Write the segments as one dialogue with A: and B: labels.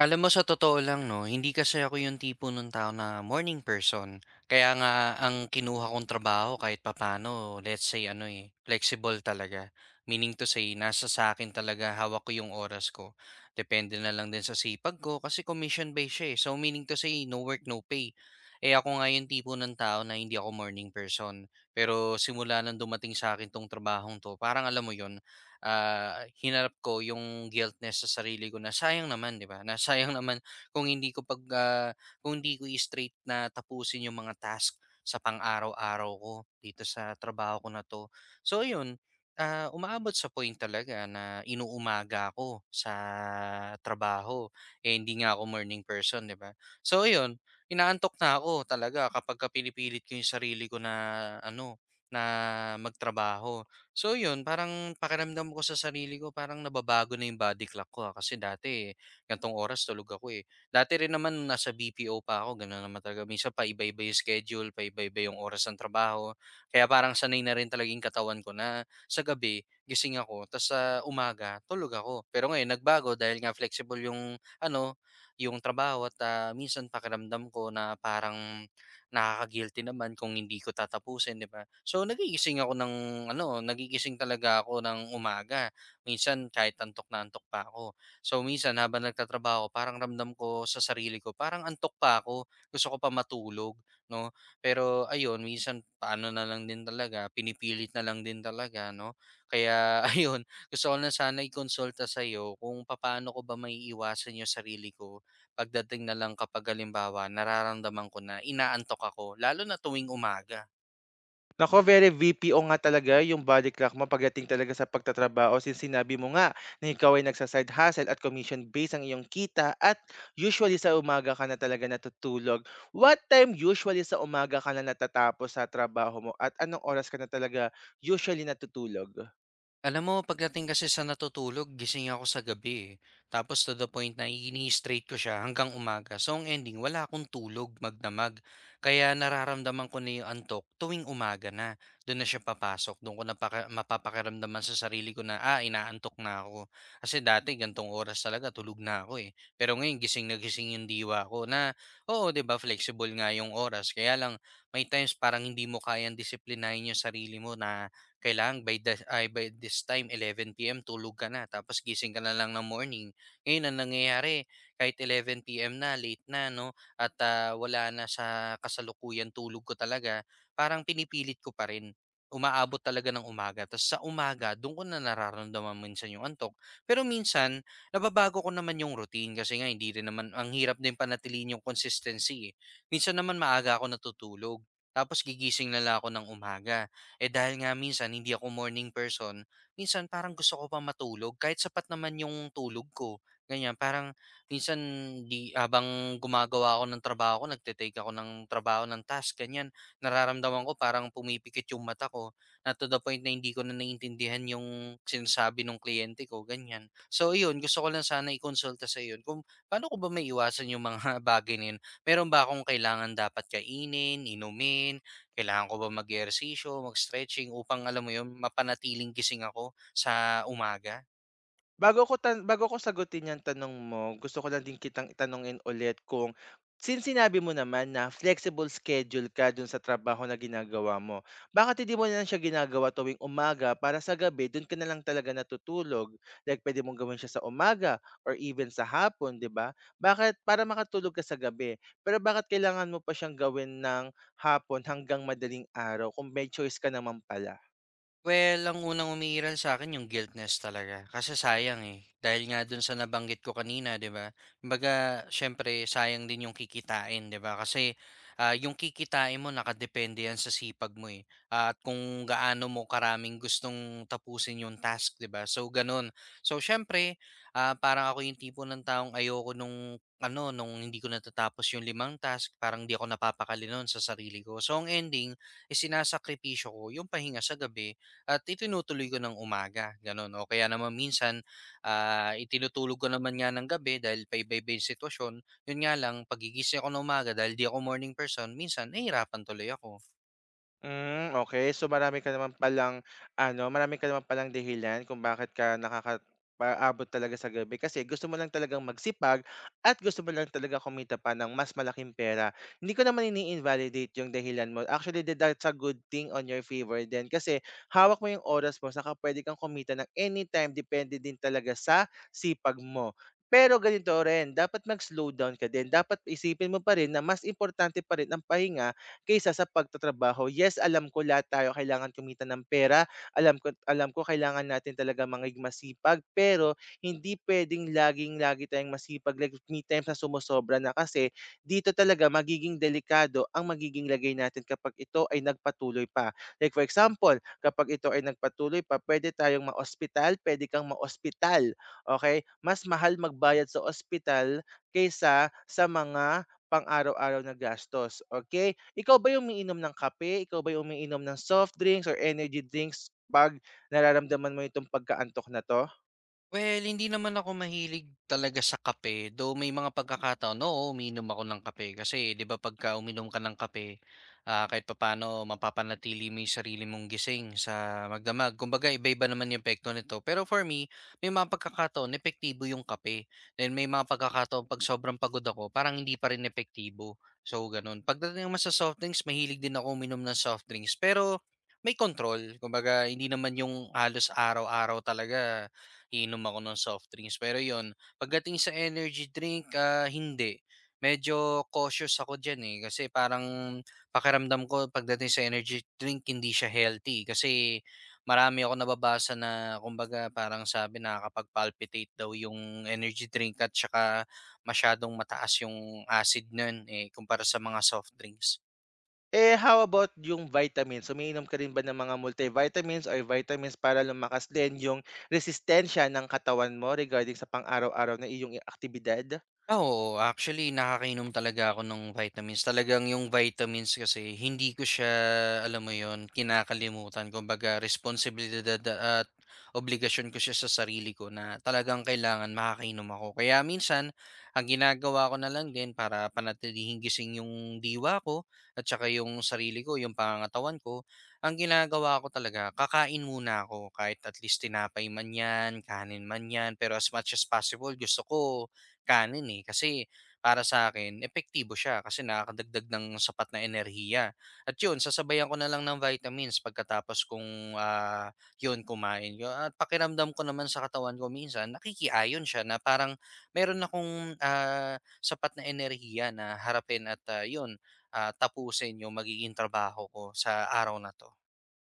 A: Alam mo sa totoo lang 'no, hindi kasi ako yung tipo nung tao na morning person. Kaya nga ang kinuha kong trabaho kahit papaano, let's say flexible talaga. Meaning to say nasa sa akin talaga hawak ko yung oras ko. Depende na lang din sa sipag ko kasi commission based siya, eh. So, meaning to say no work, no pay. Eh, ako nga yung tipo ng tao na hindi ako morning person. Pero simula ng dumating sa'kin 'tong trabahong 'to, parang alam mo yon hinarap ko yung guiltness sa sarili ko na sayang naman, 'di ba? Na sayang naman kung hindi ko pag ah, kung hindi ko i-straight na tapusin yung mga task sa pang-araw-araw ko dito sa trabaho ko na 'to. So, umaabot sa point talaga na inuumaga ako sa trabaho, eh, hindi nga ako morning person, 'di ba? So, yun inaantok na ako talaga kapagka pinipilit ko yung sarili ko na magtrabaho. So yun, parang pakiramdam ko sa sarili ko parang nababago na yung body clock ko, kasi dati gan'tong oras tulog ako, eh. Dati rin naman nasa BPO pa ako gano'n naman talaga, minsan paiba-iba yung schedule, paiba-iba yung oras ng trabaho. Kaya parang sanay na rin talaga yung katawan ko na sa gabi gising ako ta's sa umaga tulog ako. Pero ngayon nagbago dahil nga flexible yung trabaho at, minsan pakiramdam ko na parang nakaka-guilty naman kung hindi ko tatapusin, 'di ba? So, nagigising talaga ako ng umaga. Minsan kahit antok na antok pa ako. So, minsan habang nagtatrabaho, parang ramdam ko sa sarili ko, parang antok pa ako, gusto ko pa matulog, no? Pero ayun, minsan paano na lang din talaga, pinipilit na lang din talaga, no? Kaya ayun, gusto ko na sana i-consulta sa iyo kung paano ko ba maiiwasan yung sarili ko pagdating na lang kapag halimbawa nararamdaman ko na inaantok ako lalo na tuwing umaga.
B: Naku, very VPO nga talaga yung body clock mo pagdating talaga sa pagtatrabaho since sinabi mo nga na ikaw ay nagsa hustle at commission based ang iyong kita at usually sa umaga ka na talaga natutulog. What time usually sa umaga ka na natatapos sa trabaho mo at anong oras ka na talaga usually natutulog?
A: Alam mo pagdating kasi sa natutulog gising ako sa gabi, eh. Tapos to the point na ini-straight ko siya hanggang umaga. So ang ending wala akong tulog magdamag. Kaya nararamdaman ko na yung antok tuwing umaga na. Dun na siya papasok, dun ko napaka mapapakiramdaman sa sarili ko na, inaantok na ako. Kasi dati gan'tong oras talaga tulog na ako, eh. Pero ngayon gising na gising yung diwa ko na, oo 'di ba flexible nga yung oras kaya lang may times parang hindi mo kayang disiplinahin yung sarili mo na kailangan by the ay by this time 11 p.m. tulog ka na tapos gising ka na lang ng morning. Ngayon ang nangyayari kahit 11 p.m. na late na no at wala na sa kasalukuyan tulog ko talaga, parang pinipilit ko pa rin umaabot talaga ng umaga. Tapos sa umaga, doon ko na nararamdaman minsan yung antok. Pero minsan, nababago ko naman yung routine kasi nga hindi rin naman, ang hirap din panatiliin yung consistency, eh. Minsan naman maaga ako natutulog. Tapos gigising na lang ako ng umaga. Eh, dahil nga minsan hindi ako morning person, minsan parang gusto ko pa matulog kahit sapat naman yung tulog ko, ganyan. Parang minsan di habang gumagawa ako ng trabaho ko, nagte-take ako ng trabaho ng task, ganyan. Nararamdaman ko parang pumipikit yung mata ko na to the point na hindi ko na naiintindihan yung sinasabi ng kliyente ko, ganyan. So, yun, gusto ko lang sana i-consulta sa yun. Kung paano ko ba maiwasan yung mga bagay na yun? Meron ba akong kailangan dapat kainin, inumin, kailangan ko ba mag-ehersisyo, mag-stretching upang alam mo yun, mapanatiling gising ako sa umaga?
B: Bago ko sagutin yung tanong mo, gusto ko lang din kitang itanongin ulit kung since sinabi mo naman na flexible schedule ka dun sa trabaho na ginagawa mo, bakit hindi mo na lang siya ginagawa tuwing umaga para sa gabi do'n ka na lang talaga natutulog? Like puwede mong gawin siya sa umaga or even sa hapon, 'di ba? Bakit para makatulog ka sa gabi, pero bakit kailangan mo pa siyang gawin ng hapon hanggang madaling araw kung may choice ka naman pala?
A: Well, ang unang umiiral sa akin yung guiltness talaga, kasi sayang, eh. Dahil nga dun sa nabanggit ko kanina, 'di ba? Kumbaga siyempre sayang din yung kikitain, 'di ba? Kasi, yung kikitain mo nakadepende yan sa sipag mo, eh. At kung gaano mo karaming gustong tapusin yung task, 'di ba? So, ganun. So, siyempre, parang ako yung tipo ng taong ayoko nung hindi ko natatapos yung limang task, parang 'di ako napapakali nun sa sarili ko. So, ang ending is sinasakripisyo ko yung pahinga sa gabi at itinutuloy ko ng umaga, gano'n. O kaya naman minsan, itinutulog ko naman nga ng gabi dahil paiba-iba yung sitwasyon. Yun nga lang, paggigising ako ng umaga dahil di ako morning person, minsan nahihirapan tuloy ako.
B: Hmm, okay. So, marami ka naman palang marami ka naman palang dahilan kung bakit ka nakaka paabot talaga sa gabi kasi gusto mo lang talagang magsipag at gusto mo lang talaga kumita pa ng mas malaking pera. Hindi ko naman ini-invalidate yung dahilan mo. Actually, that's a good thing on your favor din kasi hawak mo yung oras mo saka puwede kang kumita ng anytime depende din talaga sa sipag mo. Pero ganito rin, dapat mag-slow down ka din. Dapat isipin mo pa rin na mas importante pa rin ang pahinga kaysa sa pagtatrabaho. Yes, alam ko lahat tayo kailangan kumita ng pera, alam ko kailangan natin talaga manging masipag, pero hindi puwedeng laging-lagi tayong masipag, like me times na sumosobra na kasi dito talaga magiging delikado ang magiging lagay natin kapag ito ay nagpatuloy pa. Like for example, kapag ito ay nagpatuloy pa, pwede tayong maospital, puwede kang maospital, okay. Mas mahal magbayad sa ospital kaysa sa mga pang-araw-araw na gastos, okay? Ikaw ba yung umiinom ng kape, ikaw ba yung umiinom ng soft drinks or energy drinks 'pag nararamdaman mo itong pagkaantok na 'to?
A: Well, hindi naman ako mahilig talaga sa kape, though may mga pagkakataon, oo, umiinom ako ng kape. Kasi 'di ba pagka uminom ka ng kape, kahit papano, mapapanatili mo 'yung sarili mong gising sa magdamag. Kumbaga iba-iba naman 'yung epekto nito. Pero for me, may mga pagkakataon epektibo 'yung kape. Then may mga pagkakataon 'pag sobrang pagod ako, parang hindi pa rin epektibo. So gano'n. Pagdating naman sa soft drinks, mahilig din ako uminom ng soft drinks, pero may control. Kumbaga hindi naman 'yung halos araw-araw talaga iinom ako ng soft drinks. Pero yon pagdating sa energy drink, hindi. Medyo cautious ako dyan eh. Kasi parang pakiramdam ko pagdating sa energy drink, hindi siya healthy. Kasi marami ako nababasa na kumbaga parang sabi nakakapag-palpitate daw yung energy drink at saka masyadong mataas yung acid nun eh, kumpara sa mga soft drinks.
B: Eh, how about yung vitamins, umiinom ka rin ba ng mga multivitamins or vitamins para lumakas din yung resistensya ng katawan mo regarding sa pang-araw-araw na iyong aktibidad?
A: Ah, oo. Actually, nakakainom talaga ako ng vitamins. Talagang yung vitamins kasi hindi ko siya, alam mo yun, kinakalimutan. Kumbaga, responsibilidad at obligasyon ko siya sa sarili ko na talagang kailangan makakainom ako. Kaya minsan, ang ginagawa ko na lang din para panatilihing gising yung diwa ko at saka yung sarili ko, yung pangangatawan ko, ang ginagawa ko talaga, kakain muna ako kahit at least tinapay man yan, kanin man yan, pero as much as possible, gusto ko kanin, eh, kasi para sa akin epektibo siya kasi nakakadagdag ng sapat na enerhiya at 'yun sasabayan ko na lang ng vitamins pagkatapos kung 'yun kumain yun at pakiramdam ko naman sa katawan ko minsan nakikiayon siya na parang meron akong, sapat na enerhiya na harapin at, tapusin 'yung magiging trabaho ko sa araw na 'to.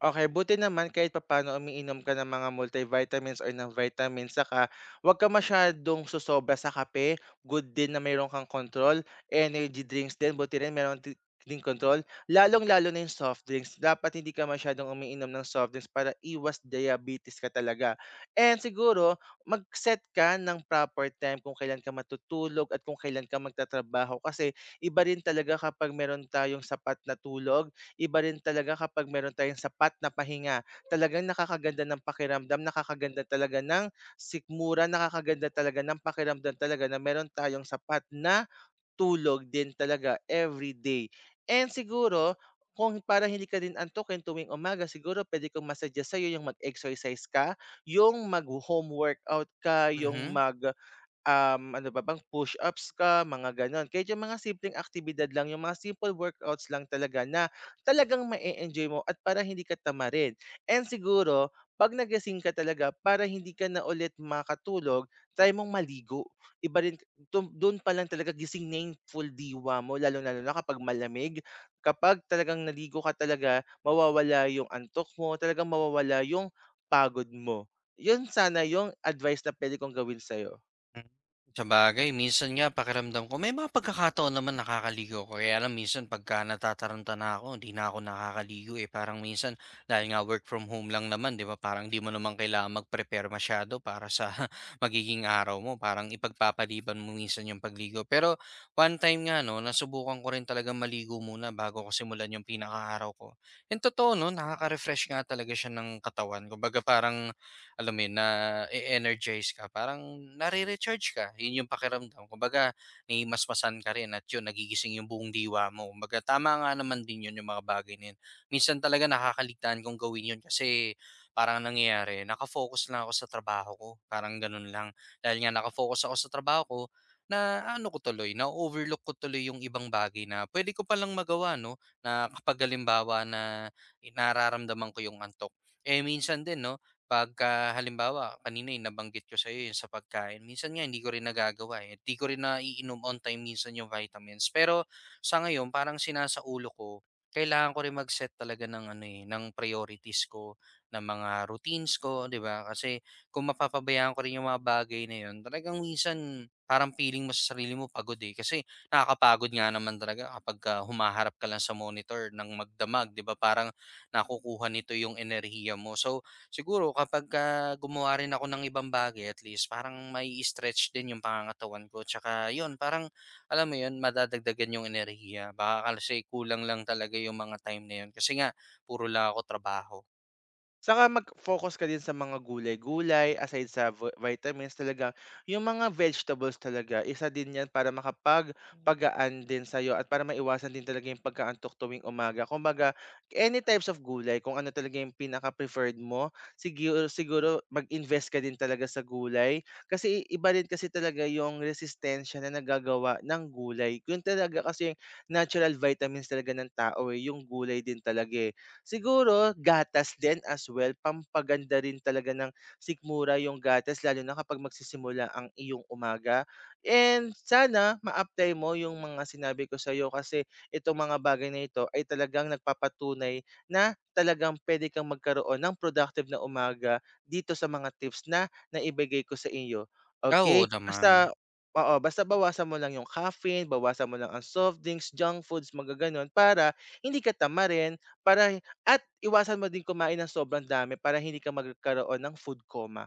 B: Okey, buti naman kahit papaano umiinom ka ng mga multivitamins or ng vitamins saka huwag ka masyadong sosobra sa kape. Good din na meron kang control. Energy drinks din, buti rin meron di ding kontrol. Lalong-lalo na yung soft drinks. Dapat hindi ka masyadong umiinom ng soft drinks para iwas diabetes ka talaga. And siguro mag-set ka ng proper time kung kailan ka matutulog at kung kailan ka magtatrabaho kasi iba rin talaga kapag meron tayong sapat na tulog, iba rin talaga kapag meron tayong sapat na pahinga. Talagang nakakaganda ng pakiramdam, nakakaganda talaga ng sikmura, nakakaganda talaga ng pakiramdam talaga na meron tayong sapat na tulog din talaga every day. And siguro, kung para hindi ka din antukin tuwing umaga, siguro pwede kong masuggest sa'yo yung mag-exercise ka, yung mag-home workout ka, yung
A: Mhm.
B: ano ba bang push-ups ka, mga gano'n. Kaya yung mga simpleng aktibidad lang, yung mga simple workouts lang talaga na talagang ma enjoy mo at para hindi ka tamarin. And siguro, 'pag nagising ka talaga para hindi ka na ulit makatulog, try mong maligo. Iba rin dun dun pa lang talaga gising na yung full diwa mo lalong-lalo na kapag malamig. Kapag talagang naligo ka talaga, mawawala yung antok mo, talagang mawawala yung pagod mo. Yun sana yung advice na puwede kong gawin sa'yo.
A: Hmm, sabagay minsan nga pakiramdam ko may mga pagkakataon naman nakakaligo ko kaya lang minsan pagka natataranta na ako hindi na ako nakakaligo, eh. Parang minsan dahil nga work from home lang naman 'di ba, parang di mo naman kailangan mag-prepare masyado para sa magiging araw mo, parang ipagpapaliban mo minsan yung pagligo. Pero one time nga 'no, nasubukan ko rin talaga maligo muna bago ko simulan yung pinakaaraw ko. And totoo 'no, nakaka-refresh nga talaga siya ng katawan kumbaga parang alam mo yun, na energize ka, parang nare-recharge ka. Yun yung pakiramdam. Kumbaga, naimasmasan ka rin at yun, nagigising yung buong diwa mo. Kumbaga, tama nga naman din yun yung mga bagay na yun. Minsan talaga nakakaligtaan kong gawin yun kasi parang ang nangyayari, nakafocus lang ako sa trabaho ko. Parang ganun lang. Dahil nga nakafocus ako sa trabaho ko, na overlook ko tuloy yung ibang bagay na pwede ko palang magawa, no? Na kapag halimbawa na nararamdaman ko yung antok. Eh minsan din, no? Pagka halimbawa kanina yung nabanggit ko sa'yo yung sa pagkain, minsan nga hindi ko rin nagagawa, eh, di ko rin naiinom on time minsan yung vitamins. Pero sa ngayon parang sinasaulo ko, kailangan ko rin mag-set talaga ng priorities ko, ng mga routines ko, 'di ba? Kasi kung mapapabayaan ko rin yung mga bagay na yun, talagang minsan parang feeling mo sa sarili mo pagod eh. Kasi nakakapagod nga naman talaga kapag humaharap ka lang sa monitor ng magdamag, 'di ba? Parang nakukuha nito yung enerhiya mo. So, siguro kapagka gumawa rin ako ng ibang bagay at least parang may stretch din yung pangangatawan ko tsaka yun parang alam mo yun madadagdagan yung enerhiya. Baka kasi kulang lang talaga yung mga time na yun kasi nga puro lang ako trabaho.
B: Saka mag-focus ka din sa mga gulay-gulay, aside sa vitamins talaga, yung mga vegetables talaga isa din 'yan para makapagpagaan din sa'yo at para maiwasan din talaga yung pagkaantok tuwing umaga. Kung baga any types of gulay kung ano talaga yung pinaka-preferred mo, siguro siguro mag-invest ka din talaga sa gulay. Kasi iba rin kasi talaga yung resistensya na nagagawa ng gulay. Yun talaga kasi yung natural vitamins talaga ng tao, eh, yung gulay din talaga, eh. Siguro gatas din as well, pampaganda rin talaga ng sikmura yung gatas lalo na kapag magsisimula ang iyong umaga. And sana ma-apply mo yung mga sinabi ko sa'yo kasi itong mga bagay na ito ay talagang nagpapatunay na talagang pwede kang magkaroon ng productive na umaga dito sa mga tips na naibigay ko sa iyo.
A: Ah, oo
B: Okay?
A: naman.
B: Basta oo, basta bawasan mo lang yung caffeine, bawasan mo lang ang soft drinks, junk foods, mga para hindi ka tamarin, para at iwasan mo din kumain ng sobrang dami para hindi ka magkaroon ng food coma.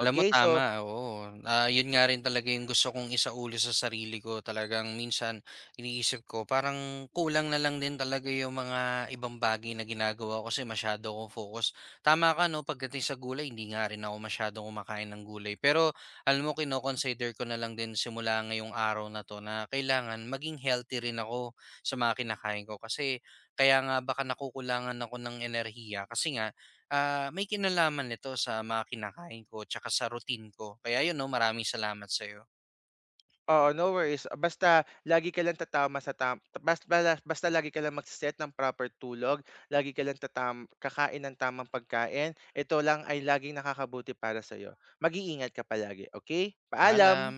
A: Alam mo
B: so
A: tama, oo. 'Yun nga rin talaga 'yung gusto kong isaulo sa sarili ko. Talagang minsan iniisip ko parang kulang na lang din talaga 'yung mga ibang bagay na ginagawa ko kasi masyado akong focus. Tama ka 'no, pagdating sa gulay hindi nga rin ako masyadong kumakain ng gulay. Pero alam mo kino-consider ko na lang din simula ngayong araw na 'to na kailangan maging healthy rin ako sa mga kinakain ko. Kasi kaya nga baka nakukulangan ako ng enerhiya kasi nga may kinalaman nito sa mga kinakain ko tsaka sa routine ko. Kaya yun 'no, maraming salamat sa'yo.
B: oo, no worries. Basta lagi ka lang magse ng proper tulog, lagi ka lang tatam kakain ng tamang pagkain, ito lang ay laging nakakabuti para sa sa'yo. Mag-iingat ka palagi, okey? Paalam.
A: Alam.